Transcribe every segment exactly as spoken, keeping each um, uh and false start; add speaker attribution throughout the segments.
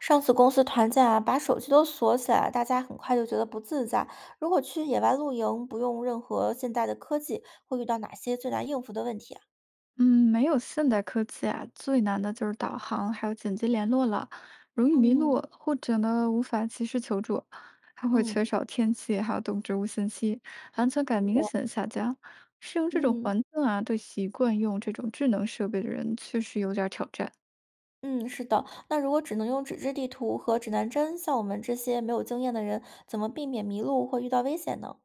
Speaker 1: 上次公司团建啊，把手机都锁起来，大家很快就觉得不自在。如果去野外露营，不用任何现代的科技，会遇到哪些最难应付的问题啊？
Speaker 2: 嗯，没有现代科技啊，最难的就是导航，还有紧急联络了，容易迷路，
Speaker 1: 嗯
Speaker 2: 或者呢无法及时求助，还会缺
Speaker 1: 嗯，
Speaker 2: 少天气，还有动植物信息，安全感
Speaker 1: 是
Speaker 2: 明
Speaker 1: 的，
Speaker 2: 显下降。适应这种
Speaker 1: 嗯
Speaker 2: 环境啊，对习惯用这种智能设备的人确实有点儿挑战。
Speaker 1: 嗯，是的。那如果只能用纸质地图和指南针，像我们这些没有经验的人，怎么避免迷路或遇到危险呢？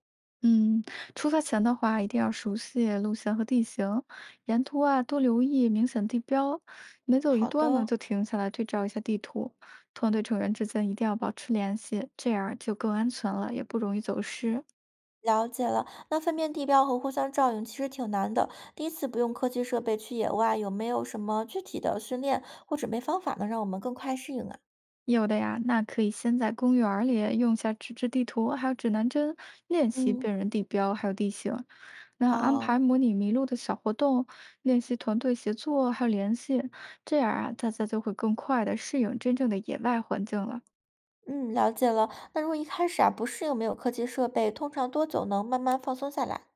Speaker 2: 嗯，出发前的话，一定要熟悉路线和地形，沿途啊多留意明显地标，每走一
Speaker 1: 好
Speaker 2: 段呢
Speaker 1: 的。
Speaker 2: 就停下来对照一下地图。团队成员之间一定要保持联系，这样就更安全了，也不容易走失。
Speaker 1: 了解了，那分辨地标和互相照应其实挺难的。第一次不用科技设备去野外，有没有什么具体的训练或准备方法能让我们更快适应啊？
Speaker 2: 有的呀，那可以先在公园儿里用下纸质地图，还有指南针练习
Speaker 1: 嗯，
Speaker 2: 辨认地标，还有地形。那安排
Speaker 1: 哦，
Speaker 2: 模拟迷路的小活动，练习团队协作，还有联系，这样啊，大家就会更快的适应真正的野外环境了。
Speaker 1: 嗯，了解了。那如果一开始啊不适应没有科技设备，通常多久能慢慢放松下来？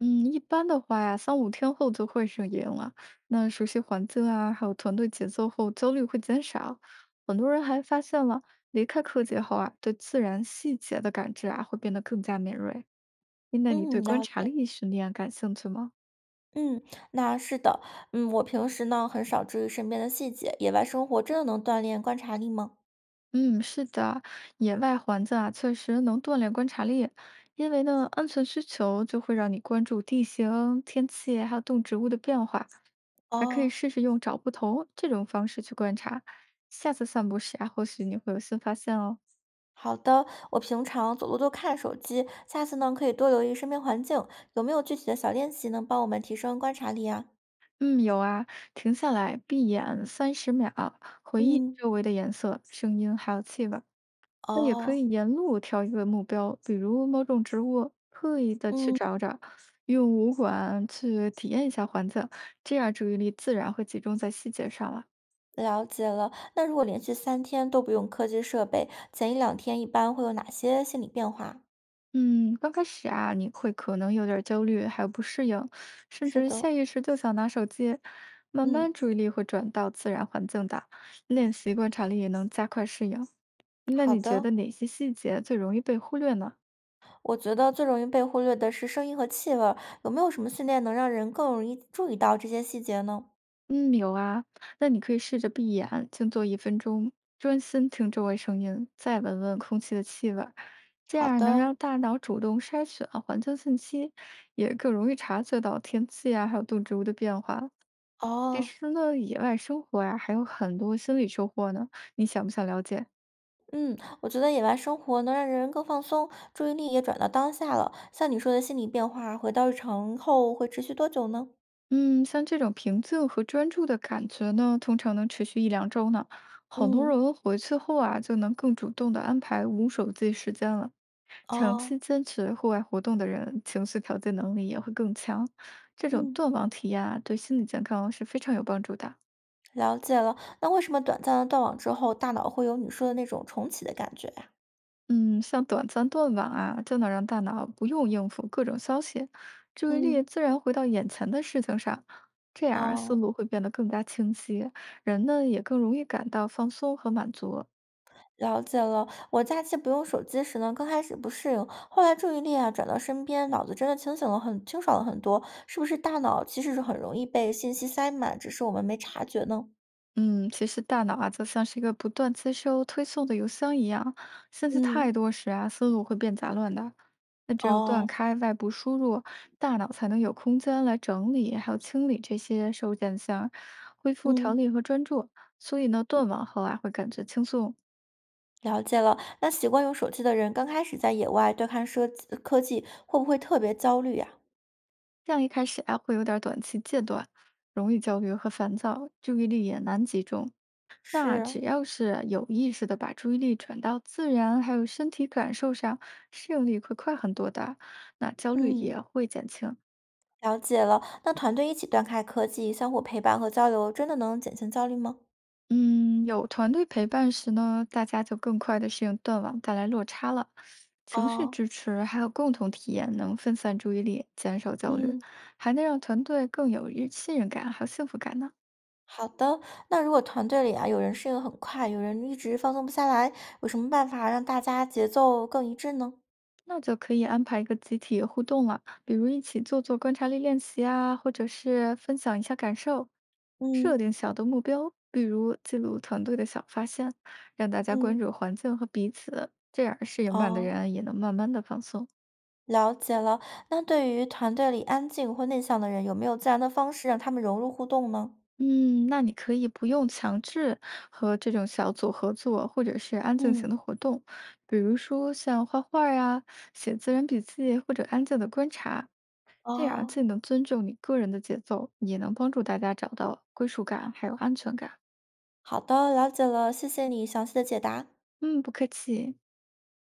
Speaker 2: 嗯，一般的话呀三五天后就会适应了。那熟悉环境啊，还有团队节奏后，焦虑会减少。很多人还发现了，离开科技后啊，对自然细节的感知啊，会变得更加敏锐。诶那你对
Speaker 1: 嗯，
Speaker 2: 观
Speaker 1: 了
Speaker 2: 察
Speaker 1: 解。
Speaker 2: 力训练感兴趣吗？
Speaker 1: 嗯，那是的。嗯，我平时呢很少注意身边的细节，野外生活真的能锻炼观察力吗？
Speaker 2: 嗯，是的，野外环境啊，确实能锻炼观察力，因为呢，安全需求就会让你关注地形、天气，还有动植物的变化。还可以
Speaker 1: 哦，
Speaker 2: 试试用找不同这种方式去观察。下次散步时啊，或许你会有新发现哦。
Speaker 1: 好的。我平常走路都看手机，下次呢可以多留意身边环境。有没有具体的小练习能帮我们提升观察力啊？
Speaker 2: 嗯，有啊，停下来，闭眼三十秒，回忆
Speaker 1: 嗯，
Speaker 2: 周围的颜色、声音还有气味儿。那也可
Speaker 1: 哦，
Speaker 2: 以沿路挑一个目标，比如某种植物，刻意的去
Speaker 1: 嗯。
Speaker 2: 找找，用五感去体验一下环境，这样注意力自然会集中在细节上了。
Speaker 1: 了解了。那如果连续三天都不用科技设备，前一两天一般会有哪些心理变化？
Speaker 2: 嗯，刚开始啊，你会可能有点儿焦虑，还有不适应，甚
Speaker 1: 是
Speaker 2: 至
Speaker 1: 的，
Speaker 2: 下意识就想拿手机。慢
Speaker 1: 嗯，
Speaker 2: 慢注意力会转到自然环境的，练习观察力也能加快适应。那
Speaker 1: 好
Speaker 2: 你觉
Speaker 1: 的。
Speaker 2: 得哪些细节最容易被忽略呢？
Speaker 1: 我觉得最容易被忽略的是声音和气味儿，有没有什么训练能让人更容易注意到这些细节呢？
Speaker 2: 嗯，有啊，那你可以试着闭眼静坐一分钟，专心听周围声音，再闻闻空气的气味儿，这
Speaker 1: 好
Speaker 2: 样能
Speaker 1: 的，
Speaker 2: 让大脑主动筛选环境信息，也更容易察觉到天气啊，还有动植物的变化。其
Speaker 1: 哦。
Speaker 2: 实呢，野外生活呀，还有很多心理收获呢。你想不想了解？
Speaker 1: 嗯，我觉得野外生活能让人更放松，注意力也转到当下了。像你说的心理变化，回到日常后会持续多久呢？
Speaker 2: 嗯，像这种平静和专注的感觉呢，通常能持续一两周呢。很多
Speaker 1: 嗯，
Speaker 2: 人回去后啊，就能更主动的安排无手机时间了。长
Speaker 1: 哦，
Speaker 2: 期坚持户外活动的人，情绪调节能力也会更强。这种
Speaker 1: 嗯。
Speaker 2: 断网体验啊，对心理健康是非常有帮助的。
Speaker 1: 了解了，那为什么短暂的断网之后，大脑会有你说的那种重启的感觉呀？
Speaker 2: 嗯，像短暂断网啊，就能让大脑不用应付各种消息，注意力
Speaker 1: 嗯，
Speaker 2: 自然回到眼前的事情上，这样啊思
Speaker 1: 哦，
Speaker 2: 路会变得更加清晰，人呢也更容易感到放松和满足。
Speaker 1: 了解了。我假期不用手机时呢，刚开始不适应，后来注意力啊转到身边，脑子真的清醒了很，清爽了很多。是不是大脑其实是很容易被信息塞满，只是我们没察觉呢？
Speaker 2: 嗯，其实大脑啊，就像是一个不断接收推送的邮箱一样，信息太
Speaker 1: 嗯，
Speaker 2: 多时啊，思路会变杂乱的。那只有断
Speaker 1: 哦，
Speaker 2: 开外部输入，大脑才能有空间来整理，还有清理这些收件箱，恢复条
Speaker 1: 嗯，
Speaker 2: 理和专注。所以呢，断网后啊，会感觉轻松。
Speaker 1: 了解了。那习惯用手机的人，刚开始在野外对抗设科技，会不会特别焦虑呀？
Speaker 2: 这样一开始啊，会有点短期戒断，容易焦虑和烦躁，注意力也难集中。那
Speaker 1: 是，
Speaker 2: 只要是有意识的把注意力转到自然还有身体感受上，适应力会快很多的，那焦虑
Speaker 1: 嗯。
Speaker 2: 也会减轻。
Speaker 1: 了解了，那团队一起断开科技，相互陪伴和交流，真的能减轻焦虑吗？
Speaker 2: 嗯，有团队陪伴时呢，大家就更快的适应断网带来落差了。情绪
Speaker 1: 哦，
Speaker 2: 支持还有共同体验能分散注意力，减少焦虑，
Speaker 1: 嗯，
Speaker 2: 还能让团队更有日信任感还有幸福感呢。
Speaker 1: 好的。那如果团队里啊，有人适应很快，有人一直放松不下来，有什么办法让大家节奏更一致呢？
Speaker 2: 那就可以安排一个集体互动了，比如一起做做观察力练习啊，或者是分享一下感受，设
Speaker 1: 嗯
Speaker 2: 定小的目标，比如记录团队的小发现，让大家关
Speaker 1: 嗯，
Speaker 2: 注环境和彼此，这样适应慢的
Speaker 1: 哦，
Speaker 2: 人也能慢慢的放松。
Speaker 1: 了解了。那对于团队里安静或内向的人，有没有自然的方式让他们融入互动呢？
Speaker 2: 嗯，那你可以不用强制和这种小组合作，或者是安静型
Speaker 1: 嗯，
Speaker 2: 的活动，比如说像画画呀、写自然笔记或者安静的观察，这样
Speaker 1: 哦，
Speaker 2: 既能尊重你个人的节奏，也能帮助大家找到归属感还有安全感。
Speaker 1: 好的，了解了，谢谢你详细的解答。
Speaker 2: 嗯，不客气。